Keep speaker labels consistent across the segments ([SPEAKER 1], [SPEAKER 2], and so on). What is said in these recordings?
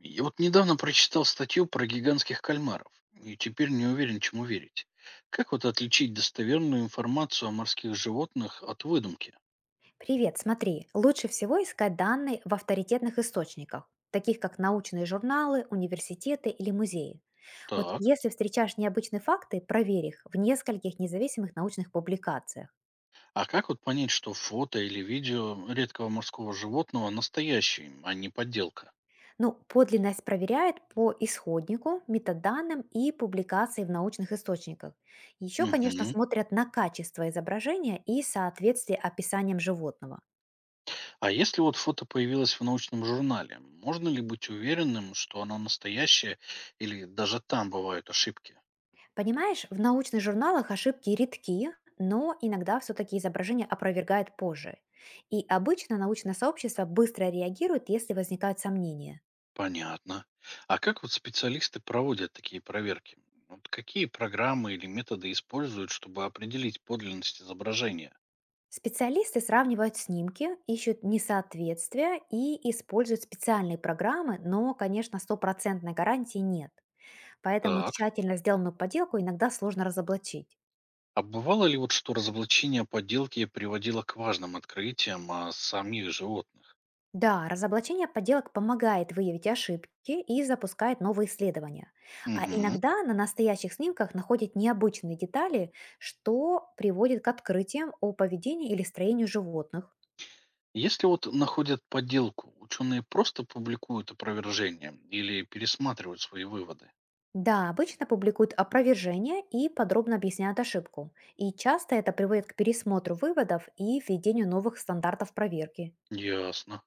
[SPEAKER 1] Я вот недавно прочитал статью про гигантских кальмаров, и теперь не уверен, чему верить. Как вот отличить достоверную информацию о морских животных от выдумки?
[SPEAKER 2] Привет, смотри, лучше всего искать данные в авторитетных источниках, таких как научные журналы, университеты или музеи. Вот
[SPEAKER 1] Так.
[SPEAKER 2] если встречаешь необычные факты, проверь их в нескольких независимых научных публикациях.
[SPEAKER 1] А как вот понять, что фото или видео редкого морского животного настоящее, а не подделка?
[SPEAKER 2] Ну, подлинность проверяет по исходнику, метаданным и публикации в научных источниках. Еще, конечно,
[SPEAKER 1] Мгм.
[SPEAKER 2] смотрят на качество изображения и соответствие описаниям животного.
[SPEAKER 1] А если вот фото появилось в научном журнале, можно ли быть уверенным, что оно настоящее или даже там бывают ошибки?
[SPEAKER 2] Понимаешь, в научных журналах ошибки редки, но иногда все-таки изображение опровергает позже. И обычно научное сообщество быстро реагирует, если возникают сомнения.
[SPEAKER 1] Понятно. А как вот специалисты проводят такие проверки? Вот какие программы или методы используют, чтобы определить подлинность изображения?
[SPEAKER 2] Специалисты сравнивают снимки, ищут несоответствия и используют специальные программы, но, конечно, стопроцентной гарантии нет. Поэтому
[SPEAKER 1] Так.
[SPEAKER 2] тщательно сделанную поделку иногда сложно разоблачить.
[SPEAKER 1] А бывало ли вот, что разоблачение подделки приводило к важным открытиям о самих животных?
[SPEAKER 2] Да, разоблачение подделок помогает выявить ошибки и запускает новые исследования. А
[SPEAKER 1] Мгм.
[SPEAKER 2] иногда на настоящих снимках находят необычные детали, что приводит к открытиям о поведении или строению животных.
[SPEAKER 1] Если вот находят подделку, ученые просто публикуют опровержение или пересматривают свои выводы?
[SPEAKER 2] Да, обычно публикуют опровержение и подробно объясняют ошибку. И часто это приводит к пересмотру выводов и введению новых стандартов проверки.
[SPEAKER 1] Ясно.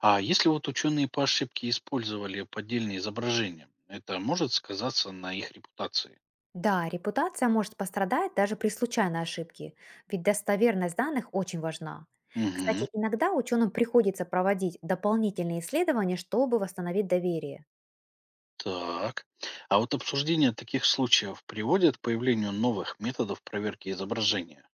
[SPEAKER 1] А если вот ученые по ошибке использовали поддельные изображения, это может сказаться на их репутации?
[SPEAKER 2] Да, репутация может пострадать даже при случайной ошибке, ведь достоверность данных очень важна.
[SPEAKER 1] Угу.
[SPEAKER 2] Кстати, иногда ученым приходится проводить дополнительные исследования, чтобы восстановить доверие.
[SPEAKER 1] Так. А вот обсуждение таких случаев приводит к появлению новых методов проверки изображения?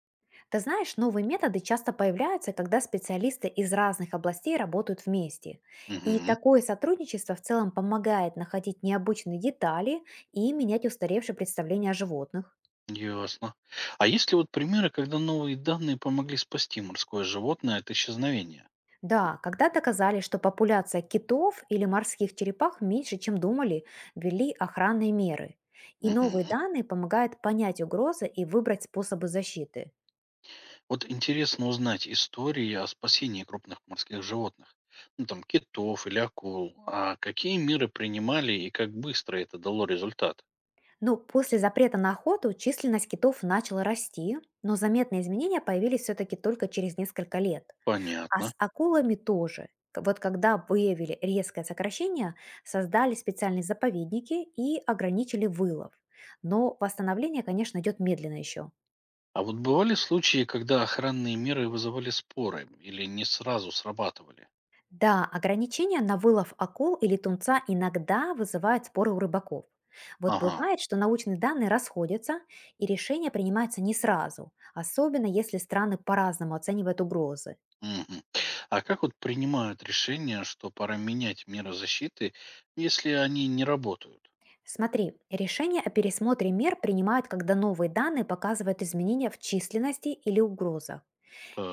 [SPEAKER 2] Ты знаешь, новые методы часто появляются, когда специалисты из разных областей работают вместе. И
[SPEAKER 1] Угу.
[SPEAKER 2] такое сотрудничество в целом помогает находить необычные детали и менять устаревшие представления о животных.
[SPEAKER 1] Ясно. А есть ли вот примеры, когда новые данные помогли спасти морское животное от исчезновения?
[SPEAKER 2] Да, когда доказали, что популяция китов или морских черепах меньше, чем думали, ввели охранные меры. И
[SPEAKER 1] Мгм.
[SPEAKER 2] новые данные помогают понять угрозы и выбрать способы защиты.
[SPEAKER 1] Вот интересно узнать истории о спасении крупных морских животных, ну там китов или акул, а какие меры принимали и как быстро это дало результат?
[SPEAKER 2] Ну, после запрета на охоту численность китов начала расти, но заметные изменения появились все-таки только через несколько лет. А
[SPEAKER 1] Понятно.
[SPEAKER 2] с акулами тоже. Вот когда выявили резкое сокращение, создали специальные заповедники и ограничили вылов. Но восстановление, конечно, идет медленно еще.
[SPEAKER 1] А вот бывали случаи, когда охранные меры вызывали споры или не сразу срабатывали?
[SPEAKER 2] Да, ограничения на вылов акул или тунца иногда вызывают споры у рыбаков. Вот
[SPEAKER 1] Ага.
[SPEAKER 2] бывает, что научные данные расходятся, и решение принимается не сразу, особенно если страны по-разному оценивают угрозы.
[SPEAKER 1] Мгм. А как вот принимают решение, что пора менять меры защиты, если они не работают?
[SPEAKER 2] Смотри, решение о пересмотре мер принимают, когда новые данные показывают изменения в численности или угрозах.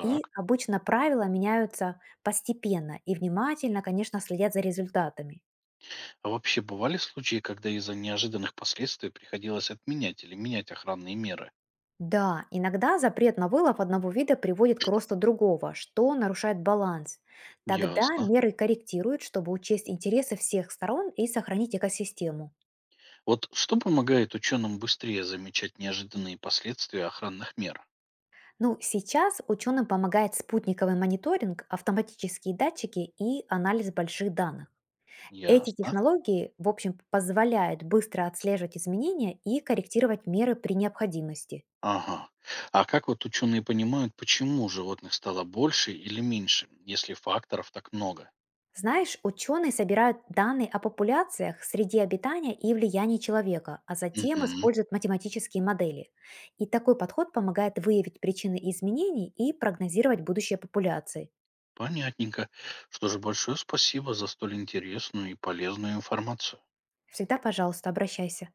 [SPEAKER 2] И обычно правила меняются постепенно и внимательно, конечно, следят за результатами.
[SPEAKER 1] А вообще бывали случаи, когда из-за неожиданных последствий приходилось отменять или менять охранные меры?
[SPEAKER 2] Да, иногда запрет на вылов одного вида приводит к росту другого, что нарушает баланс. Тогда
[SPEAKER 1] Ясно.
[SPEAKER 2] меры корректируют, чтобы учесть интересы всех сторон и сохранить экосистему.
[SPEAKER 1] Вот что помогает ученым быстрее замечать неожиданные последствия охранных мер?
[SPEAKER 2] Ну, сейчас ученым помогает спутниковый мониторинг, автоматические датчики и анализ больших данных. Эти
[SPEAKER 1] Ясно.
[SPEAKER 2] технологии, в общем, позволяют быстро отслеживать изменения и корректировать меры при необходимости.
[SPEAKER 1] Ага. А как вот ученые понимают, почему животных стало больше или меньше, если факторов так много?
[SPEAKER 2] Знаешь, ученые собирают данные о популяциях, среде обитания и влиянии человека, а затем
[SPEAKER 1] Угу.
[SPEAKER 2] используют математические модели. И такой подход помогает выявить причины изменений и прогнозировать будущее популяции.
[SPEAKER 1] Понятненько. Что же, большое спасибо за столь интересную и полезную информацию.
[SPEAKER 2] Всегда, пожалуйста, обращайся.